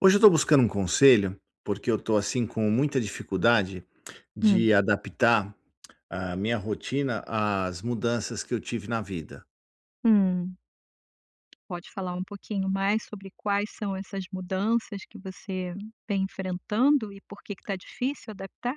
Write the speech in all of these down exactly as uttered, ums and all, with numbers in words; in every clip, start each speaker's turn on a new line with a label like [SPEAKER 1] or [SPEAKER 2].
[SPEAKER 1] Hoje eu estou buscando um conselho, porque eu estou assim com muita dificuldade
[SPEAKER 2] Hum,
[SPEAKER 1] de adaptar a minha rotina às mudanças que eu tive na vida.
[SPEAKER 2] hum. Pode falar um pouquinho mais sobre quais são essas mudanças que você vem enfrentando e por que que tá difícil adaptar?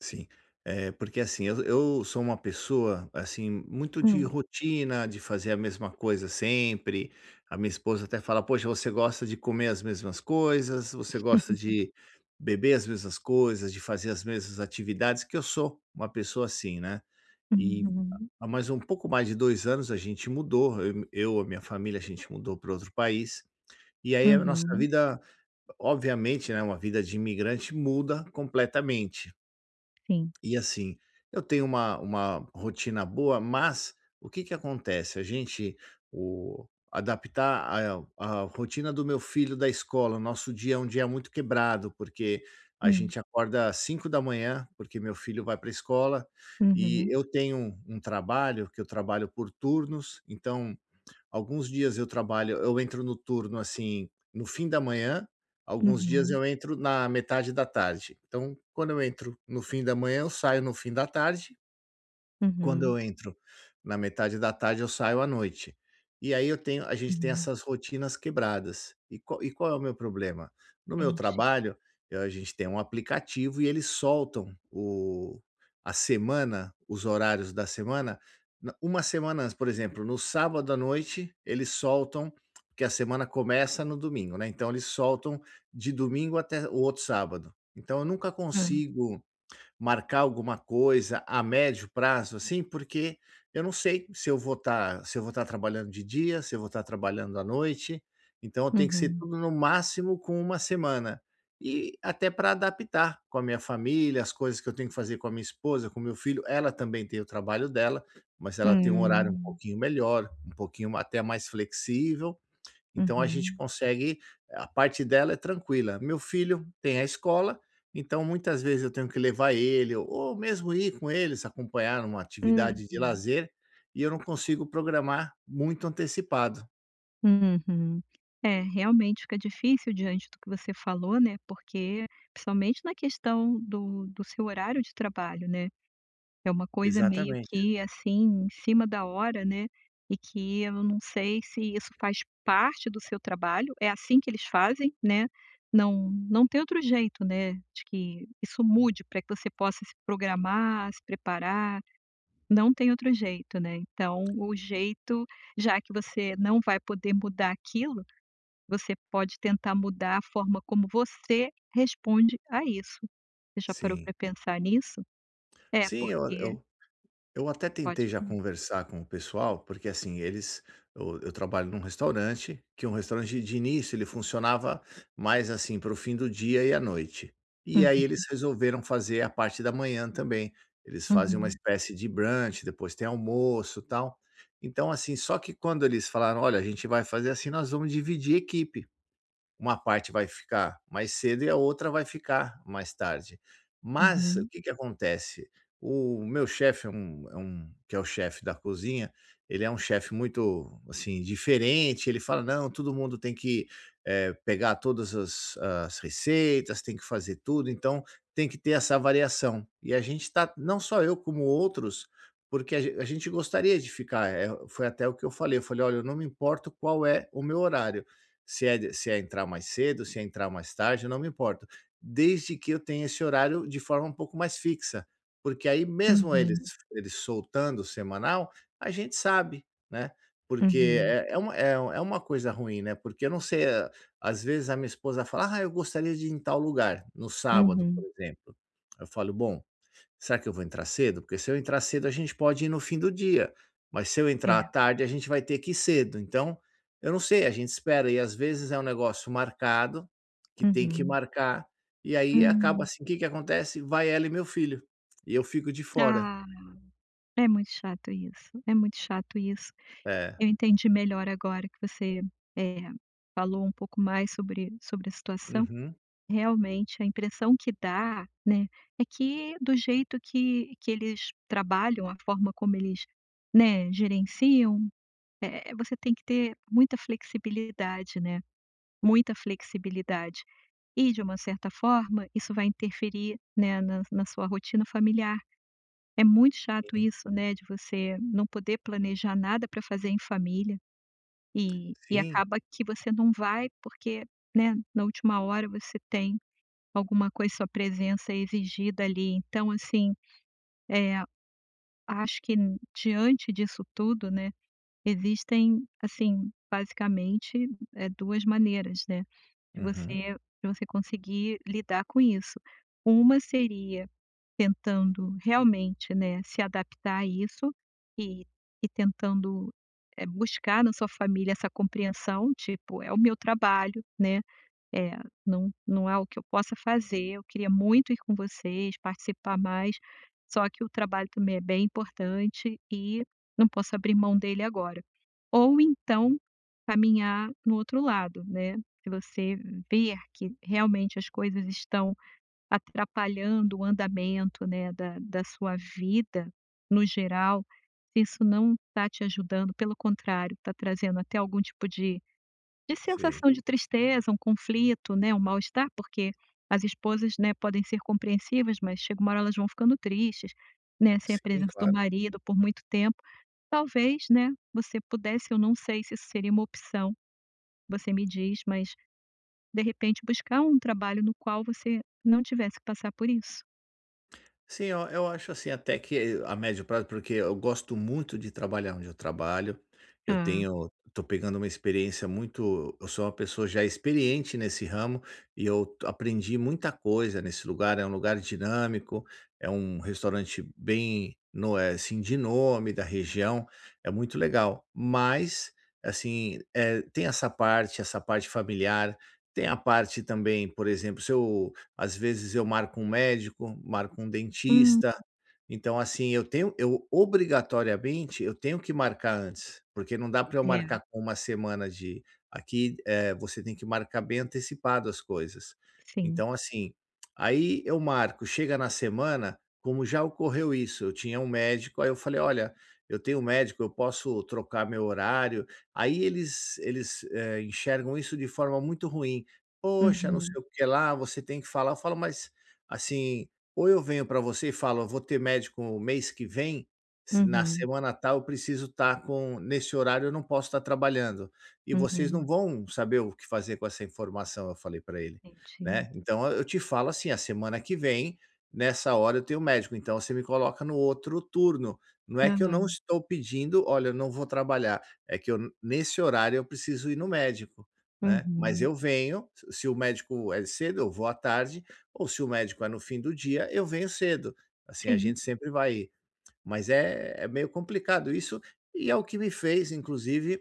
[SPEAKER 1] Sim. Eh, porque assim, eu eu sou uma pessoa, assim, muito de
[SPEAKER 2] Hum.
[SPEAKER 1] rotina, de fazer a mesma coisa sempre. A minha esposa até fala: "Poxa, você gosta de comer as mesmas coisas, você gosta de beber as mesmas coisas, de fazer as mesmas atividades", que eu sou uma pessoa assim, né. E
[SPEAKER 2] Uhum,
[SPEAKER 1] Há mais um pouco mais de dois anos a gente mudou, eu eu, a minha família, a gente mudou para outro país, e aí a nossa
[SPEAKER 2] uhum,
[SPEAKER 1] vida, obviamente, né, uma vida de imigrante muda completamente.
[SPEAKER 2] sim.
[SPEAKER 1] E assim, eu tenho uma uma rotina boa, mas o que que acontece? A gente o Adaptar a a rotina do meu filho da escola, o nosso dia é um dia muito quebrado, porque a
[SPEAKER 2] Hum.
[SPEAKER 1] gente acorda às cinco da manhã porque meu filho vai para a escola, e
[SPEAKER 2] Uhum,
[SPEAKER 1] eu tenho um um trabalho, que eu trabalho por turnos, então alguns dias eu trabalho eu entro no turno, assim, no fim da manhã, alguns dias
[SPEAKER 2] uhum,
[SPEAKER 1] eu entro na metade da tarde. Então, quando eu entro no fim da manhã, eu saio no fim da tarde, quando
[SPEAKER 2] uhum,
[SPEAKER 1] eu entro na metade da tarde, eu saio à noite. E aí eu tenho a gente tem
[SPEAKER 2] uhum.
[SPEAKER 1] essas rotinas quebradas. E qual e qual é o meu problema? No meu
[SPEAKER 2] Entendi.
[SPEAKER 1] trabalho, eh, a gente tem um aplicativo e eles soltam o a semana, os horários da semana, na uma semana antes. Por exemplo, no sábado à noite, eles soltam, porque a semana começa no domingo, né, então eles soltam de domingo até o outro sábado. Então eu nunca
[SPEAKER 2] Hã.
[SPEAKER 1] consigo marcar alguma coisa a médio prazo, assim, porque eu não sei se eu vou estar, se eu vou estar trabalhando de dia, se eu vou estar trabalhando à noite, então tem que ser
[SPEAKER 2] Uhum.
[SPEAKER 1] tudo no máximo com uma semana. E até para adaptar com a minha família, as coisas que eu tenho que fazer com a minha esposa, com o meu filho, ela também tem o trabalho dela, mas ela tem um horário um
[SPEAKER 2] Hum.
[SPEAKER 1] pouquinho melhor, um pouquinho até mais flexível, então a gente
[SPEAKER 2] Uhum.
[SPEAKER 1] consegue, a parte dela é tranquila. Meu filho tem a escola, então muitas vezes eu tenho que levar ele ou ou mesmo ir com eles, acompanhar uma atividade de
[SPEAKER 2] Uhum,
[SPEAKER 1] lazer, e eu não consigo programar muito antecipado.
[SPEAKER 2] uhum. É, realmente fica difícil diante do que você falou, né, porque principalmente na questão do do seu horário de trabalho, né. É uma coisa meio
[SPEAKER 1] Exatamente.
[SPEAKER 2] que, assim, em cima da hora, né, e que eu não sei se isso faz parte do seu trabalho, é assim que eles fazem, né, não não tem outro jeito, né, de que isso mude para que você possa se programar, se preparar, não tem outro jeito, né. Então o jeito, já que você não vai poder mudar aquilo, você pode tentar mudar a forma como você responde a isso. Você já parou
[SPEAKER 1] Sim.
[SPEAKER 2] para pensar nisso? É,
[SPEAKER 1] Sim, eu
[SPEAKER 2] porque
[SPEAKER 1] eu eu até
[SPEAKER 2] pode
[SPEAKER 1] tentei já
[SPEAKER 2] falar.
[SPEAKER 1] conversar com o pessoal, porque assim, eles, eu eu trabalho num restaurante, que é um restaurante de início, ele funcionava mais assim para o fim do dia e à noite. E aí
[SPEAKER 2] Uhum,
[SPEAKER 1] eles resolveram fazer a parte da manhã também. Eles fazem uma
[SPEAKER 2] uhum,
[SPEAKER 1] espécie de brunch, depois tem almoço, tal. Então assim, só que quando eles falaram: "Olha, a gente vai fazer assim, nós vamos dividir equipe. Uma parte vai ficar mais cedo e a outra vai ficar mais tarde". Mas o
[SPEAKER 2] uhum,
[SPEAKER 1] que que acontece? O meu chefe é um é um que é o chefe da cozinha, ele é um chefe muito, assim, diferente, ele fala: "Não, todo mundo tem que, eh, pegar todas as as receitas, tem que fazer tudo, então tem que ter essa variação". E a gente está, não só eu como outros, porque a gen a gente gostaria de ficar, eh, foi até o que eu falei, eu falei: "Olha, eu não me importo qual é o meu horário, se é se é entrar mais cedo, se é entrar mais tarde, eu não me importo, desde que eu tenha esse horário de forma um pouco mais fixa, porque aí mesmo eles
[SPEAKER 2] uhum,
[SPEAKER 1] eles soltando o semanal, a gente sabe, né, porque
[SPEAKER 2] uhum,
[SPEAKER 1] é é uma é é uma coisa ruim, né, porque eu não sei, eh, às vezes a minha esposa fala: "Ah, eu gostaria de ir em tal lugar", no sábado,
[SPEAKER 2] uhum.
[SPEAKER 1] por exemplo. Eu falo: "Bom, será que eu vou entrar cedo? Porque se eu entrar cedo, a gente pode ir no fim do dia, mas se eu entrar
[SPEAKER 2] É,
[SPEAKER 1] à tarde, a gente vai ter que ir cedo". Então, eu não sei, a gente espera, e às vezes é um negócio marcado, que tem que
[SPEAKER 2] uhum.
[SPEAKER 1] marcar, e aí acaba
[SPEAKER 2] Hum.
[SPEAKER 1] assim, o que que acontece? Vai ela e meu filho, e eu fico de fora.
[SPEAKER 2] Ah, é muito chato isso, é muito chato isso.
[SPEAKER 1] É.
[SPEAKER 2] Eu entendi melhor agora que você, eh, falou um pouco mais sobre sobre a situação.
[SPEAKER 1] Uhum.
[SPEAKER 2] Realmente, a impressão que dá, né, é que do jeito que que eles trabalham, a forma como eles, né, gerenciam, eh, você tem que ter muita flexibilidade, né, muita flexibilidade. E de uma certa forma, isso vai interferir, né, na na sua rotina familiar. É muito chato
[SPEAKER 1] Sim,
[SPEAKER 2] isso, né, de você não poder planejar nada para fazer em família e e
[SPEAKER 1] sim.
[SPEAKER 2] acaba que você não vai porque, né, na última hora você tem alguma coisa, sua presença é exigida ali. Então assim, é acho que n- diante disso tudo, né. Existem, assim, basicamente, eh, duas maneiras, né, de
[SPEAKER 1] Uhum.
[SPEAKER 2] você de você conseguir lidar com isso. Uma seria tentando realmente, né, se adaptar a isso e e tentando, eh, buscar na sua família essa compreensão, tipo: "É o meu trabalho, né". É, não não é o que eu possa fazer, eu queria muito ir com vocês, participar mais, só que o trabalho também é bem importante e não posso abrir mão dele agora. Ou então, caminhar no outro lado, né, se você ver que realmente as coisas estão atrapalhando o andamento, né, da da sua vida no geral, se isso não está te ajudando, pelo contrário, está trazendo até algum tipo de de
[SPEAKER 1] Sim,
[SPEAKER 2] sensação de tristeza, um conflito, né, um mal-estar, porque as esposas, né, podem ser compreensivas, mas chega uma hora elas vão ficando tristes, né, sem a
[SPEAKER 1] sim,
[SPEAKER 2] presença do
[SPEAKER 1] claro.
[SPEAKER 2] marido por muito tempo. Talvez, né, você pudesse, eu não sei se isso seria uma opção, você me diz, mas de repente buscar um trabalho no qual você não tivesse que passar por isso.
[SPEAKER 1] Sim, eu eu acho assim, até que a médio prazo, porque eu gosto muito de trabalhar onde eu trabalho. Eu
[SPEAKER 2] Ah,
[SPEAKER 1] tenho Tô pegando uma experiência muito, eu sou uma pessoa já experiente nesse ramo, e eu t aprendi muita coisa nesse lugar, é um lugar dinâmico, é um restaurante bem, no eh, assim, de nome da região, é muito legal. Mas, assim, é, tem essa parte, essa parte familiar, tem a parte também, por exemplo, se eu, às vezes eu marco um médico, marco um
[SPEAKER 2] hum,
[SPEAKER 1] dentista. Então, assim, eu tenho eu obrigatoriamente eu tenho que marcar antes, porque não dá para eu
[SPEAKER 2] é,
[SPEAKER 1] marcar com uma semana de, aqui, eh, você tem que marcar bem antecipado as coisas.
[SPEAKER 2] sim.
[SPEAKER 1] Então, assim, aí eu marco, chega na semana, como já ocorreu isso, eu tinha um médico, aí eu falei: "Olha, eu tenho um médico, eu posso trocar meu horário?" Aí eles eles, eh, enxergam isso de forma muito ruim. "Poxa, não
[SPEAKER 2] Uhum,
[SPEAKER 1] sei o que lá, você tem que falar". Eu falo: "Mas, assim, ou eu venho para você e falo: eu vou ter médico mês que vem, se na
[SPEAKER 2] uhum,
[SPEAKER 1] semana tal eu preciso estar com nesse horário, eu não posso estar trabalhando. E vocês não
[SPEAKER 2] uhum.
[SPEAKER 1] vão saber o que fazer com essa informação", eu falei para ele,
[SPEAKER 2] Entendi.
[SPEAKER 1] né. "Então eu eu te falo assim: a semana que vem, nessa hora eu tenho médico, então você me coloca no outro turno. Não é que eu não
[SPEAKER 2] Aham,
[SPEAKER 1] estou pedindo: olha, eu não vou trabalhar, é que eu nesse horário eu preciso ir no médico", né. "Mas
[SPEAKER 2] uhum.
[SPEAKER 1] eu venho, se o médico é cedo, eu vou à tarde, ou se o médico é no fim do dia, eu venho cedo". Assim, a
[SPEAKER 2] Sim,
[SPEAKER 1] gente sempre vai, mas é é meio complicado isso, e é o que me fez inclusive,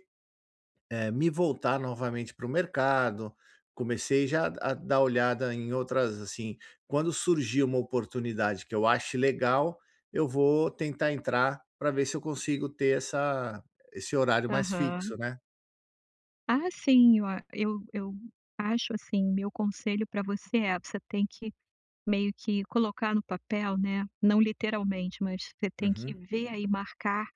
[SPEAKER 1] eh, me voltar novamente para o mercado, comecei já a dar olhada em outras, assim, quando surgir uma oportunidade que eu ache legal, eu vou tentar entrar para ver se eu consigo ter essa esse horário mais
[SPEAKER 2] aham.
[SPEAKER 1] fixo, né.
[SPEAKER 2] Ah, sim, eu a eu eu acho, assim, meu conselho para você é: você tem que meio que colocar no papel, né, não literalmente, mas você tem que
[SPEAKER 1] Uhum.
[SPEAKER 2] ver aí, marcar,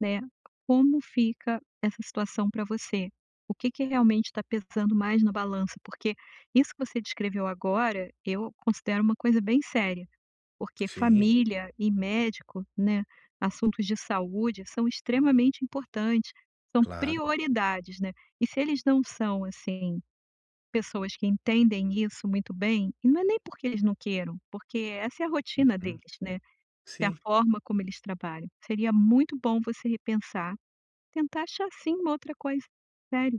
[SPEAKER 2] né, como fica essa situação para você. O que que realmente está pesando mais na balança, porque isso que você descreveu agora, eu considero uma coisa bem séria. Porque
[SPEAKER 1] Sim,
[SPEAKER 2] família e médico, né, assuntos de saúde são extremamente importantes, são
[SPEAKER 1] claro.
[SPEAKER 2] prioridades, né. E se eles não são, assim, pessoas que entendem isso muito bem, e não é nem porque eles não queiram, porque essa é a rotina
[SPEAKER 1] Uhum.
[SPEAKER 2] deles, né, é a
[SPEAKER 1] Sim,
[SPEAKER 2] forma como eles trabalham. Seria muito bom você repensar, tentar achar sim uma outra coisa. Sério.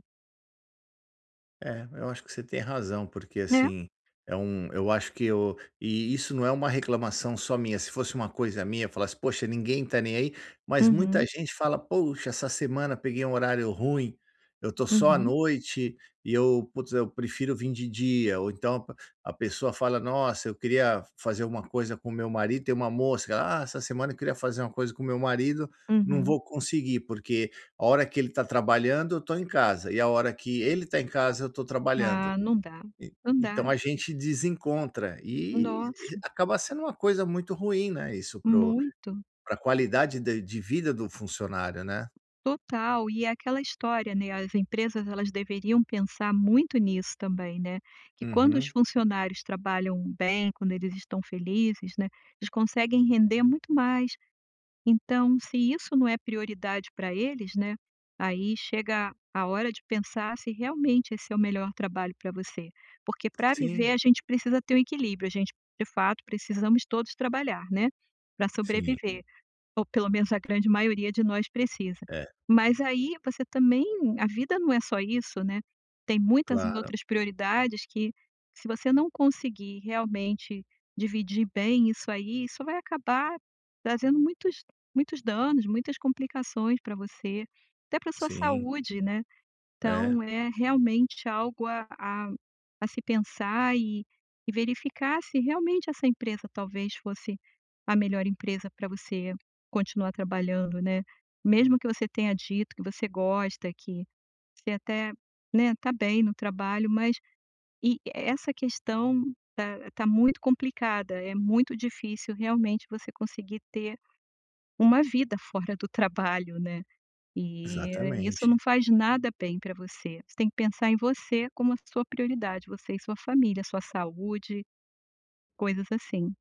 [SPEAKER 1] é, eu acho que você tem razão, porque
[SPEAKER 2] Né?
[SPEAKER 1] assim, é um, eu acho que eu, e isso não é uma reclamação só minha, se fosse uma coisa minha, eu falasse, poxa, ninguém tá nem aí, mas muita
[SPEAKER 2] Uhum,
[SPEAKER 1] gente fala, poxa, essa semana peguei um horário ruim, eu tô só à
[SPEAKER 2] uhum,
[SPEAKER 1] noite, e eu, putz, eu prefiro vir de dia, ou então a a pessoa fala, nossa, eu queria fazer uma coisa com meu marido, tem uma moça, que ela, ah, essa semana eu queria fazer uma coisa com meu marido, não
[SPEAKER 2] uhum.
[SPEAKER 1] vou conseguir, porque a hora que ele está trabalhando, eu estou em casa, e a hora que ele está em casa, eu estou
[SPEAKER 2] Ah,
[SPEAKER 1] trabalhando.
[SPEAKER 2] não dá,
[SPEAKER 1] E
[SPEAKER 2] não dá.
[SPEAKER 1] então a gente desencontra, e e
[SPEAKER 2] Nossa,
[SPEAKER 1] acaba sendo uma coisa muito ruim, né, isso para
[SPEAKER 2] muito.
[SPEAKER 1] a qualidade de de vida do funcionário, né.
[SPEAKER 2] Total, e é aquela história, né, as empresas elas deveriam pensar muito nisso também, né, que quando os
[SPEAKER 1] Uhum.
[SPEAKER 2] funcionários trabalham bem, quando eles estão felizes, né, eles conseguem render muito mais. Então, se isso não é prioridade para eles, né, aí chega a hora de pensar se realmente esse é o melhor trabalho para você. Porque para
[SPEAKER 1] Sim,
[SPEAKER 2] viver a gente precisa ter um equilíbrio, a gente de fato precisamos todos trabalhar, né, para
[SPEAKER 1] sim.
[SPEAKER 2] sobreviver. Ou pelo menos a grande maioria de nós precisa.
[SPEAKER 1] É,
[SPEAKER 2] Mas aí você também a vida não é só isso, né, tem muitas
[SPEAKER 1] claro.
[SPEAKER 2] outras prioridades que se você não conseguir realmente dividir bem isso aí, isso vai acabar trazendo muitos muitos danos, muitas complicações para você, até para sua
[SPEAKER 1] Sim,
[SPEAKER 2] saúde, né.
[SPEAKER 1] é,
[SPEAKER 2] Então é realmente algo a a a se pensar e e verificar se realmente essa empresa talvez fosse a melhor empresa para você continuar trabalhando, né. Mesmo que você tenha dito que você gosta, que você até, né, tá bem no trabalho, mas e essa questão tá tá muito complicada, é muito difícil realmente você conseguir ter uma vida fora do trabalho, né. E isso não
[SPEAKER 1] exatamente.
[SPEAKER 2] faz nada bem para você. Você tem que pensar em você como a sua prioridade, você e sua família, sua saúde, coisas assim.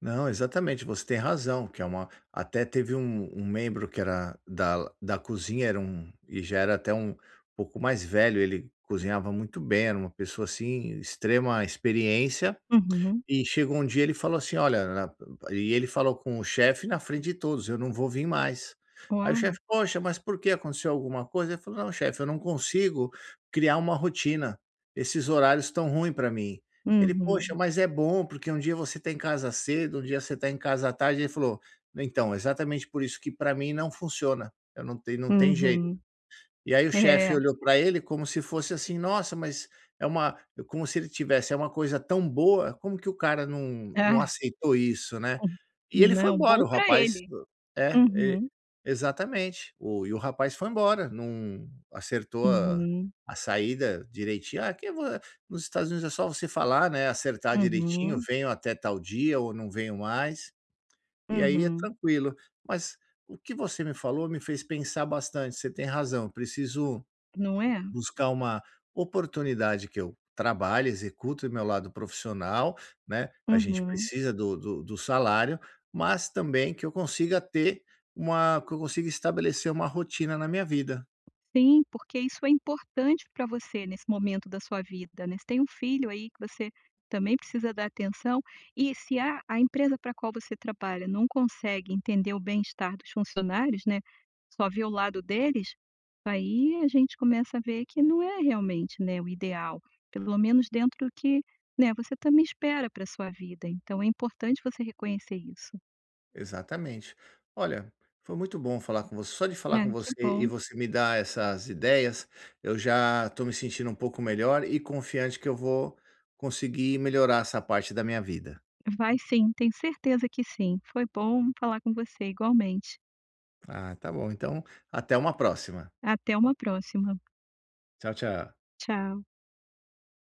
[SPEAKER 1] Não, exatamente, você tem razão, que é uma, até teve um um membro que era da da cozinha, era um, e já era até um pouco mais velho, ele cozinhava muito bem, era uma pessoa, assim, extrema experiência,
[SPEAKER 2] Uhum.
[SPEAKER 1] e chegou um dia, ele falou assim: "Olha", na e ele falou com o chefe na frente de todos: "Eu não vou vir mais". Aí o
[SPEAKER 2] Uau!
[SPEAKER 1] chefe: "Poxa, mas por que Aconteceu alguma coisa?" Ele falou: "Não, chefe, eu não consigo criar uma rotina. Esses horários estão ruins para mim". Ele: "Poxa,
[SPEAKER 2] Uhum,
[SPEAKER 1] mas é bom, porque um dia você está em casa cedo, um dia você está em casa à tarde". Ele falou: "Então, exatamente por isso que para mim não funciona. Eu não te Não tem jeito".
[SPEAKER 2] uhum.
[SPEAKER 1] E aí o chefe
[SPEAKER 2] É.
[SPEAKER 1] olhou para ele como se fosse assim: "Nossa, mas é uma" como se ele tivesse: "É uma coisa tão boa, como que o cara não
[SPEAKER 2] Ah,
[SPEAKER 1] não aceitou isso, né?" E ele foi
[SPEAKER 2] não, bom
[SPEAKER 1] embora, o
[SPEAKER 2] para
[SPEAKER 1] rapaz,
[SPEAKER 2] ele.
[SPEAKER 1] é, e
[SPEAKER 2] Uhum,
[SPEAKER 1] exatamente. O e o rapaz foi embora, não acertou a
[SPEAKER 2] uhum,
[SPEAKER 1] a saída direitinho. Ah, que vo Nos Estados Unidos é só você falar, né, acertar direitinho,
[SPEAKER 2] uhum,
[SPEAKER 1] venho até tal dia ou não venho mais, e aí é
[SPEAKER 2] uhum.
[SPEAKER 1] tranquilo. Mas o que você me falou me fez pensar bastante, você tem razão, eu preciso
[SPEAKER 2] Não é?
[SPEAKER 1] buscar uma oportunidade que eu trabalhe, execute meu lado profissional, né, a gente
[SPEAKER 2] Uhum.
[SPEAKER 1] precisa do do do salário, mas também que eu consiga ter uma que eu consiga estabelecer uma rotina na minha vida.
[SPEAKER 2] Sim, porque isso é importante para você nesse momento da sua vida, né. Você tem um filho aí que você também precisa dar atenção e se a a empresa para a qual você trabalha não consegue entender o bem-estar dos funcionários, né, só vê o lado deles, aí a gente começa a ver que não é realmente, né, o ideal, pelo menos dentro do que, né, você também espera para a sua vida, então é importante você reconhecer isso.
[SPEAKER 1] Exatamente. Olha, foi muito bom falar com você. Só de falar
[SPEAKER 2] É,
[SPEAKER 1] com
[SPEAKER 2] que
[SPEAKER 1] você e
[SPEAKER 2] bom.
[SPEAKER 1] você me dar essas ideias, eu já estou me sentindo um pouco melhor e confiante que eu vou conseguir melhorar essa parte da minha vida.
[SPEAKER 2] Vai sim, tenho certeza que sim. Foi bom falar com você, igualmente.
[SPEAKER 1] Ah, tá bom. Então, até uma próxima.
[SPEAKER 2] Até uma próxima.
[SPEAKER 1] Tchau, tchau.
[SPEAKER 2] Tchau.